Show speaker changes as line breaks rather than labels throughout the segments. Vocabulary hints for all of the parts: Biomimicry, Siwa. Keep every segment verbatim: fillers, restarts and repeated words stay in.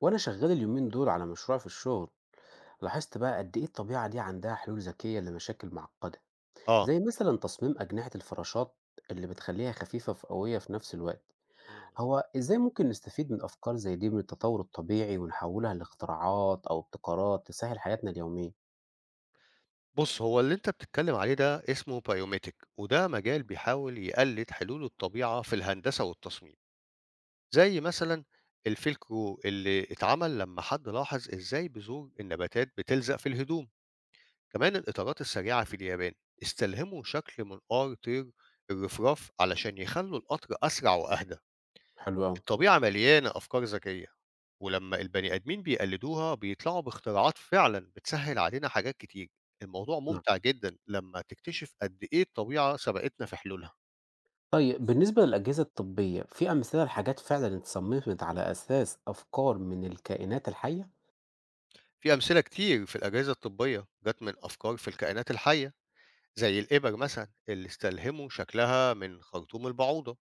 وأنا شغال اليومين دول على مشروع في الشغل، لاحظت بقى قد إيه الطبيعة دي عندها حلول ذكية لمشاكل معقدة،
آه،
زي مثلا تصميم أجنحة الفراشات اللي بتخليها خفيفة وقوية في نفس الوقت.
إمم، إمم.
هو إزاي ممكن نستفيد من أفكار زي دي من التطور الطبيعي ونحولها لاختراعات أو ابتكارات تسهل حياتنا اليومية؟
بُص، هو اللي أنت بتتكلّم عليه ده اسمه Biometric وده مجال بيحاول يقلِّد حلول الطبيعة في الهندسة والتصميم، زي مثلًا الفيلكرو اللي اتعمل لمّا حد لاحظ إزاي بذور النباتات بتلزق في الهدوم. كمان الإطارات السريعة في اليابان استلهموا شكل منقار طير الرفراف علشان يخلّوا القطر أسرع وأهدى.
حلو أوي.
الطبيعة مليانة أفكار ذكية، ولما البني آدمين بيقلدوها بيطلعوا باختراعات فعلا بتسهل علينا حاجات كتير. الموضوع
نعم.
ممتع جدا لما تكتشف قد إيه الطبيعة سبقتنا في حلولها.
طيب، بالنسبة للأجهزة الطبية، في أمثلة لحاجات فعلا اتصممت على أساس أفكار من الكائنات الحية؟
في أمثلة كتير في الأجهزة الطبية جت من أفكار في الكائنات الحية، زي الإبر مثلا اللي استلهموا شكلها من خرطوم البعوضة،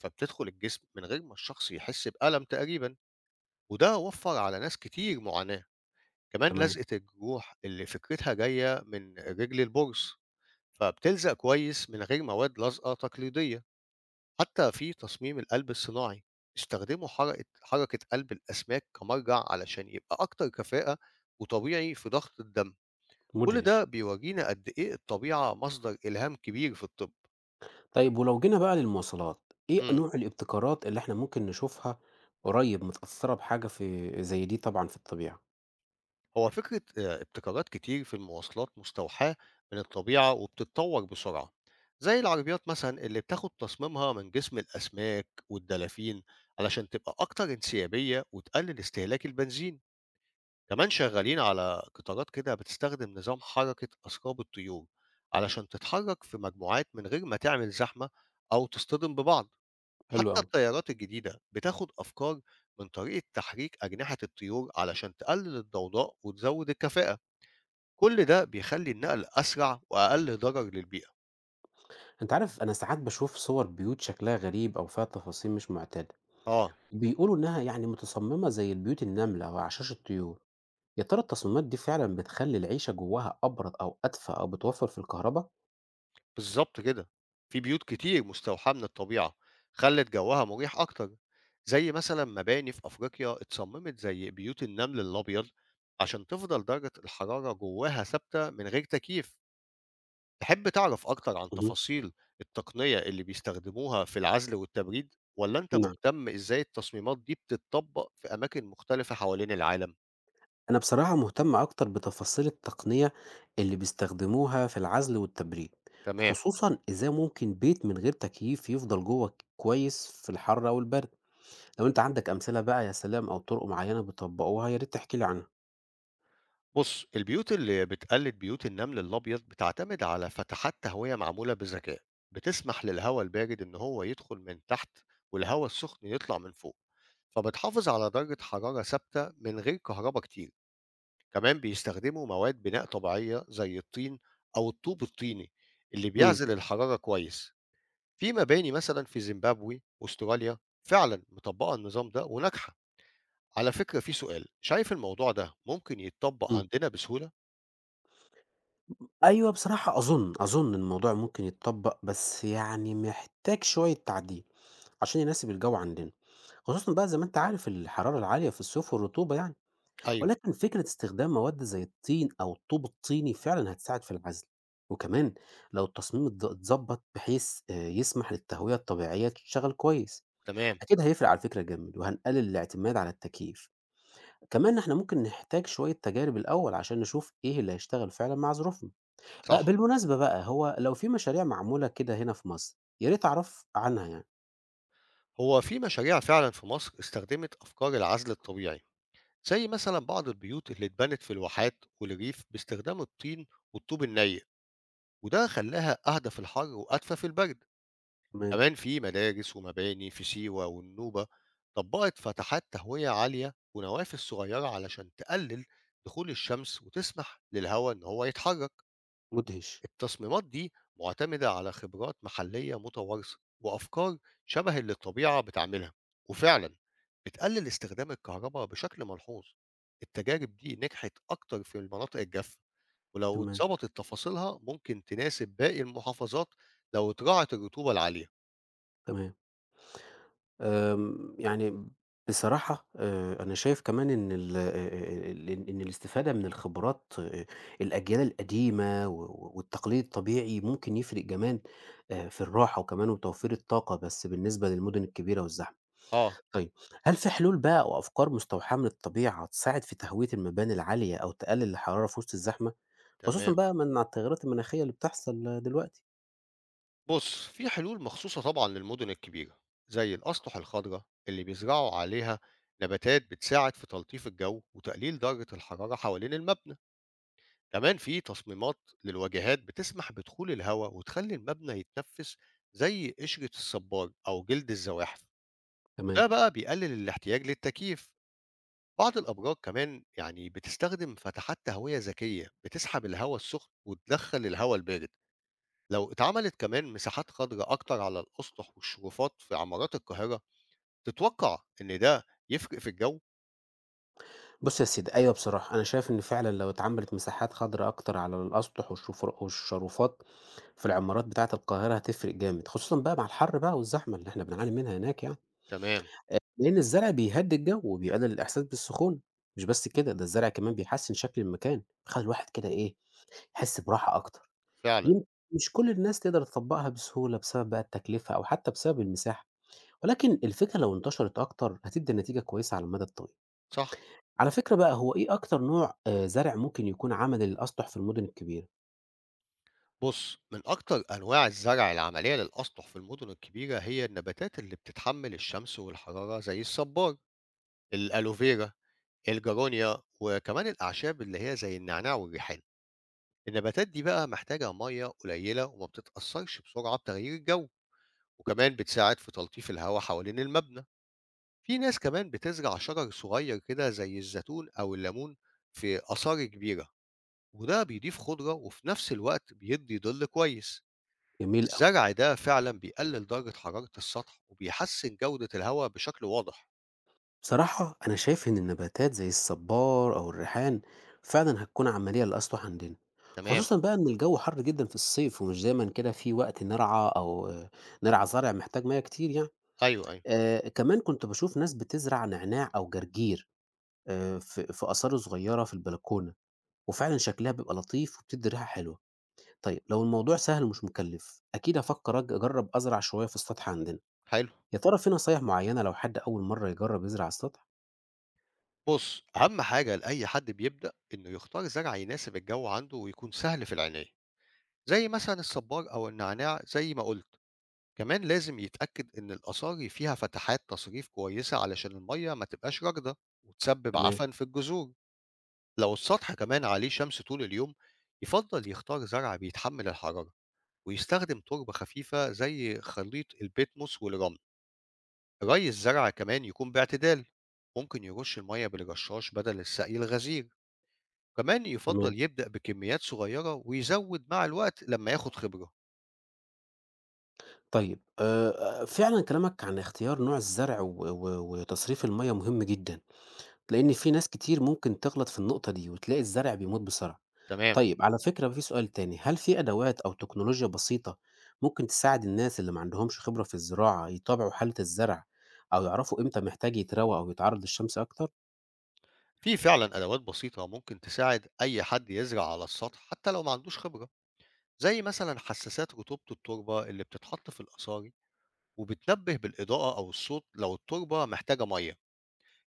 فبتدخل الجسم من غير ما الشخص يحس بألم تقريبا، وده وفر على ناس كتير معاناة. كمان
تمام.
لزقة الجروح اللي فكرتها جاية من رجل البرص، فبتلزق كويس من غير مواد لازقة تقليدية. حتى في تصميم القلب الصناعي استخدموا حركة حركة قلب الأسماك كمرجع علشان يبقى أكتر كفاءة وطبيعي في ضغط الدم. كل ده
مدهش.
بيورينا قد إيه الطبيعة مصدر إلهام كبير في الطب.
طيب، ولو جينا بقى للمواصلات، إيه
مم.
نوع الابتكارات اللي إحنا ممكن نشوفها قريب متأثّرة بحاجة في زي دي طبعًا في الطبيعة؟
هو فكرة آه، ابتكارات كتير في المواصلات مستوحاة من الطبيعة وبتتطور بسرعة، زي العربيات مثلا اللي بتاخد تصميمها من جسم الأسماك والدلافين علشان تبقى أكتر انسيابية وتقلل استهلاك البنزين. كمان شغالين على قطارات كده بتستخدم نظام حركة أثقاب الطيور علشان تتحرك في مجموعات من غير ما تعمل زحمة أو تصطدم ببعض.
حلو
حتى
أوي.
الطيارات الجديدة بتاخد أفكار من طريقة تحريك أجنحة الطيور علشان تقلل الضوضاء وتزود الكفاءة. كل ده بيخلي النقل أسرع وأقل ضرر للبيئة.
أنت عارف، أنا ساعات باشوف صور بيوت شكلها غريب أو فيها تفاصيل مش معتادة،
آه،
بيقولوا إنها يعني متصممة زي البيوت النملة أو عشاش الطيور، يا ترى التصميمات دي فعلًا بتخلّي العيشة جواها أبرد أو أدفى أو بتوفّر في الكهربا؟
بالضبط كده. في بيوت كتير مستوحاة من الطبيعة، خلّت جوّها مُريح أكتر، زي مثلًا مباني في أفريقيا اتصممت زي بيوت النمل الأبيض عشان تفضل درجة الحرارة جوّاها ثابتة من غير تكييف. تحب تعرف أكتر عن
اهم.
تفاصيل التقنية اللي بيستخدموها في العزل والتبريد، والّا أنت
نعم.
مهتم إزاي التصميمات دي بتتطبّق في أماكن مختلفة حوالين العالم؟
أنا بصراحة مهتم أكتر بتفاصيل التقنية اللي بيستخدموها في العزل والتبريد،
تمام.
خصوصا إزاي ممكن بيت من غير تكييف يفضل جوه كويس في الحر أو البرد. لو أنت عندك أمثلة بقى يا سلام أو طرق معينة بيطبقوها يا ريت تحكي لي عنها.
بُص، البيوت اللي بتقلد بيوت النمل الأبيض بتعتمد على فتحات تهوية معمولة بذكاء، بتسمح للهواء البارد إن هو يدخل من تحت والهواء السخن يطلع من فوق، فبتحافظ على درجة حرارة ثابتة من غير كهربا كتير. كمان بيستخدموا مواد بناء طبيعية زي الطين أو الطوب الطيني اللي
امم،
بيعزل الحرارة كويس، في مباني مثلًا في زيمبابوي وأستراليا فعلًا مطبّقة النظام ده وناجحة. على فكرة في سؤال، شايف الموضوع ده ممكن يتطبّق
امم.
عندنا بسهولة؟
أيوه بصراحة، أظن أظن الموضوع ممكن يتطبق، بس يعني محتاج شوية تعديل عشان يناسب الجو عندنا، خصوصا بقى زي ما أنت عارف الحرارة العالية في الصيف والرطوبة يعني.
أيوه.
ولكن فكرة استخدام مواد زي الطين أو الطوب الطيني فعلا هتساعد في العزل، وكمان لو التصميم اتظ- اتظبط بحيث آه، يسمح للتهوية الطبيعية تشتغل كويس،
تمام.
أكيد هيفرق على فكرة جامد وهنقلل الاعتماد على التكييف. كمان احنا ممكن نحتاج شوية تجارب الأول عشان نشوف إيه اللي هيشتغل فعلا مع ظروفنا. آه،
صح.
بالمناسبة بقى، هو لو في مشاريع معمولة كده هنا في مصر يا ريت أعرف عنها يعني.
هو في مشاريع فعلا في مصر استخدمت أفكار العزل الطبيعي، زي مثلا بعض البيوت اللي اتبنت في الواحات والريف باستخدام الطين والطوب الني، وده خلاها أهدى في الحر وأدفى في البرد.
تمام.
كمان في مدارس ومباني في سيوة والنوبة طبقت فتحات تهوية عالية ونوافذ صغيرة علشان تقلل دخول الشمس وتسمح للهواء إن هو يتحرك.
مدهش.
التصميمات دي معتمدة على خبرات محلية متوارثة وأفكار شبه اللي الطبيعة بتعملها، وفعلا بتقلل استخدام الكهرباء بشكل ملحوظ. التجارب دي نجحت أكتر في المناطق الجافة، ولو
تمام.
اتظبطت تفاصيلها ممكن تناسب باقي المحافظات لو اتراعت الرطوبة العالية.
تمام. آمم، يعني بصراحة آآ، أنا شايف كمان إن ال آآ، ال إن الاستفادة من الخبرات آآ، الأجيال القديمة و و والتقليد الطبيعي ممكن يفرق كمان آآ، في الراحة وكمان وتوفير الطاقة، بس بالنسبة للمدن الكبيرة والزحمة.
آه.
طيب، هل في حلول بقى أو أفكار مستوحاة من الطبيعة تساعد في تهوية المباني العالية أو تقلل الحرارة في وسط الزحمة؟ خصوصًا
تمام.
بقى من مع التغيرات المناخية اللي بتحصل آه، دلوقتي.
بص، في حلول مخصوصة طبعا للمدن الكبيرة، زي الأسطح الخضراء اللي بيزرعوا عليها نباتات بتساعد في تلطيف الجو وتقليل درجة الحرارة حوالين المبنى. كمان في تصميمات للواجهات بتسمح بدخول الهواء وتخلي المبنى يتنفس، زي قشرة الصباج أو جلد الزواحف.
تمام.
وده بقى بيقلل الاحتياج للتكييف. بعض الأبراج كمان يعني بتستخدم فتحات تهوية ذكية بتسحب الهواء السخن وتدخل الهواء البارد. لو اتعملت كمان مساحات خضراء أكتر على الأسطح والشرفات في عمارات القاهرة، تتوقع إن ده يفرق في الجو؟
بُص يا سيدي، أيوه بصراحة، أنا شايف إن فعلًا لو اتعملت مساحات خضرا أكتر على الأسطح والشفر والشرُفات في العمارات بتاعة القاهرة هتفرق جامد، خصوصًا بقى مع الحر بقى والزحمة اللي إحنا بنعاني منها هناك يعني،
تمام.
لإن الزرع بيهدّي الجو وبيقلل الإحساس بالسخونة. مش بس كده، ده الزرع كمان بيحسّن شكل المكان، بيخلّي الواحد كده إيه، يحس براحة أكتر.
فعلا
يم. مش كل الناس تقدر تطبّقها بسهولة بسبب بقى التكلفة أو حتى بسبب المساحة، ولكن الفكرة لو انتشرت أكتر هتدّي نتيجة كويسة على المدى الطويل.
صح
على فكرة بقى، هو إيه أكتر نوع آآ زرع ممكن يكون عملي للأسطح في المدن الكبيرة؟
بص، من أكتر أنواع الزرع العملية للأسطح في المدن الكبيرة هي النباتات اللي بتتحمل الشمس والحرارة، زي الصبار، الألوفيرا، الجارونيا، وكمان الأعشاب اللي هي زي النعناع والريحان. النباتات دي بقى محتاجة مية قليلة وما بتتأثرش بسرعة بتغيير الجو، وكمان بتساعد في تلطيف الهواء حوالين المبنى. في ناس كمان بتزرع شجر صغير كده زي الزيتون أو الليمون في آثار كبيرة، وده بيضيف خضرة وفي نفس الوقت بيدي ظل كويس.
جميل أوي.
الزرع ده فعلًا بيقلل درجة حرارة السطح، وبيحسن جودة الهواء بشكل واضح.
بصراحة أنا شايف إن النباتات زي الصبار أو الريحان فعلًا هتكون عملية للأسطح عندنا،
تمام.
خصوصًا بقى إن الجو حر جدًا في الصيف ومش دايمًا كده في وقت نرعى أو آه، نرعى زرع محتاج مَيّة كتير يعني.
أيوه، أيوه.
آآ كمان كنت باشوف ناس بتزرع نعناع أو جرجير آآ في في آثار صغيرة في البلكونة، وفعلًا شكلها بيبقى لطيف وبتدّي ريحة حلوة. طيب لو الموضوع سهل ومش مكلف أكيد هفكر أج- أجرب أزرع شوية في السطح عندنا.
حلو.
يا ترى في نصايح معينة لو حد أول مرة يجرب يزرع على السطح؟
بُص، أهم حاجة لأي حد بيبدأ إنه يختار زرع يناسب الجو عنده ويكون سهل في العناية، زي مثلًا الصبار أو النعناع زي ما قُلت. كمان لازم يتأكد إن الأصاري فيها فتحات تصريف كويسة علشان المَيّة ما تبقاش راكدة وتسبب
تمام.
عفن في الجذور. لو السطح كمان عليه شمس طول اليوم، يفضل يختار زرع بيتحمل الحرارة، ويستخدم تربة خفيفة زي خليط البيتموس والرمل. ري الزرع كمان يكون باعتدال، ممكن يرش المية بالرشاش بدل السقي الغزير. كمان
تمام.
يفضل يبدأ بكميات صغيرة ويزود مع الوقت لما ياخد خبرة.
طيب آه، آه، فعلا كلامك عن اختيار نوع الزرع و- و- وتصريف المية مهم جدا، لأن في ناس كتير ممكن تغلط في النقطة دي وتلاقي الزرع بيموت بسرعة.
تمام.
طيب على فكرة، في سؤال تاني، هل في أدوات أو تكنولوجيا بسيطة ممكن تساعد الناس اللي ما عندهمش خبرة في الزراعة يتابعوا حالة الزرع أو يعرفوا إمتى محتاج يتروى أو يتعرض للشمس أكتر؟
في فعلا أدوات بسيطة ممكن تساعد أي حد يزرع على السطح حتى لو ما عندوش خبرة، زي مثلا حساسات رطوبة التربة اللي بتتحط في الأصاري وبتنبه بالإضاءة أو الصوت لو التربة محتاجة مية.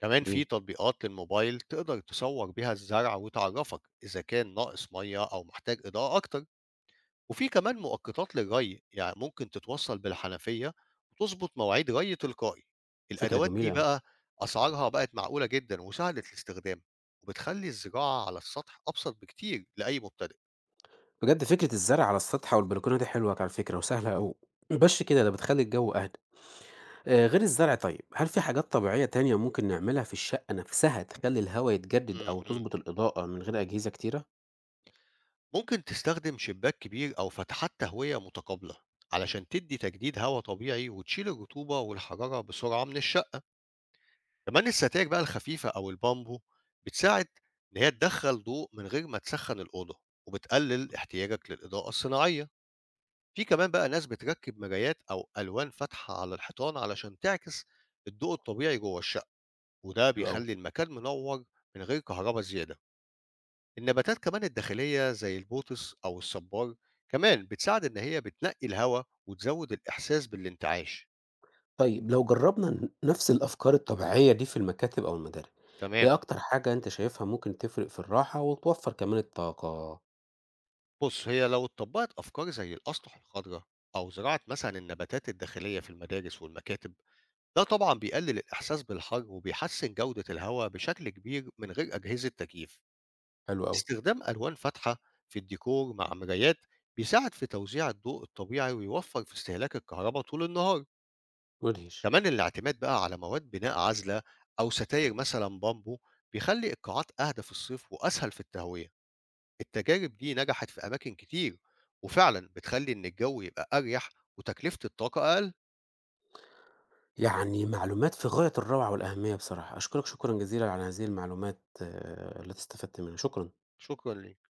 كمان في
مين؟
تطبيقات للموبايل تقدر تصور بيها الزرع وتعرفك إذا كان ناقص مية أو محتاج إضاءة أكتر. وفي كمان مؤقتات للري يعني ممكن تتوصل بالحنفية وتظبط مواعيد ري تلقائي.
فكرة
الأدوات دي
جميلة أوي.
بقى أسعارها بقت معقولة جدا وسهلة الاستخدام، وبتخلي الزراعة على السطح أبسط بكتير لأي مبتدئ.
بجد فكرة الزرع على السطح أو البلكونة دي حلوة على فكرة وسهلة أوي. بس كده ده بتخلّي الجو أهدى. آآ غير الزرع، طيب، هل في حاجات طبيعية تانية ممكن نعملها في الشقة نفسها تخلّي الهوا يتجدد
م-
أو
م.
تضبط الإضاءة من غير أجهزة كتيرة؟
ممكن تستخدم شباك كبير أو فتحات تهوية متقابلة علشان تدي تجديد هواء طبيعي وتشيل الرطوبة والحرارة بسرعة من الشقة. كمان الستاير بقى الخفيفة أو البامبو بتساعد إن هي تدخل ضوء من غير ما تسخن الأوضة، وبتقلل احتياجك للإضاءة الصناعية. في كمان بقى ناس بتركب مرايات أو ألوان فاتحة على الحيطان علشان تعكس الضوء الطبيعي جوه الشقة، وده
حلو أوي.
بيخلي المكان منور من غير كهرباء زيادة. النباتات كمان الداخلية زي البوتس أو الصبار كمان بتساعد إن هي بتنقي الهواء وتزود الإحساس بالانتعاش.
طيب لو جرّبنا ن نفس الأفكار الطبيعية دي في المكاتب أو المدارس،
تمام.
إيه أكتر حاجة أنت شايفها ممكن تفرق في الراحة وتوفّر كمان الطاقة؟
بُص، هي لو اتطبّقت أفكار زي الأسطح الخضرا أو زراعة مثلًا النباتات الداخلية في المدارس والمكاتب، ده طبعًا بيقلل الإحساس بالحر وبيحسّن جودة الهوا بشكل كبير من غير أجهزة تكييف.
حلو أوي،
استخدام ألوان فاتحة في الديكور مع مرايات بيساعد في توزيع الضوء الطبيعي ويوفّر في استهلاك الكهربا طول النهار.
مدهش.
كمان الاعتماد بقى على مواد بناء عازلة أو ستاير مثلًا بامبو بيخلّي القاعات أهدى في الصيف وأسهل في التهوية. التجارب دي نجحت في أماكن كتير، وفعلًا بتخلّي إن الجو يبقى أريح وتكلفة الطاقة أقل.
يعني معلومات في غاية الروعة والأهمية بصراحة، أشكرك شكرًا جزيلًا على هذه المعلومات اللي استفدت منها، شكرًا.
شكرًا ليك.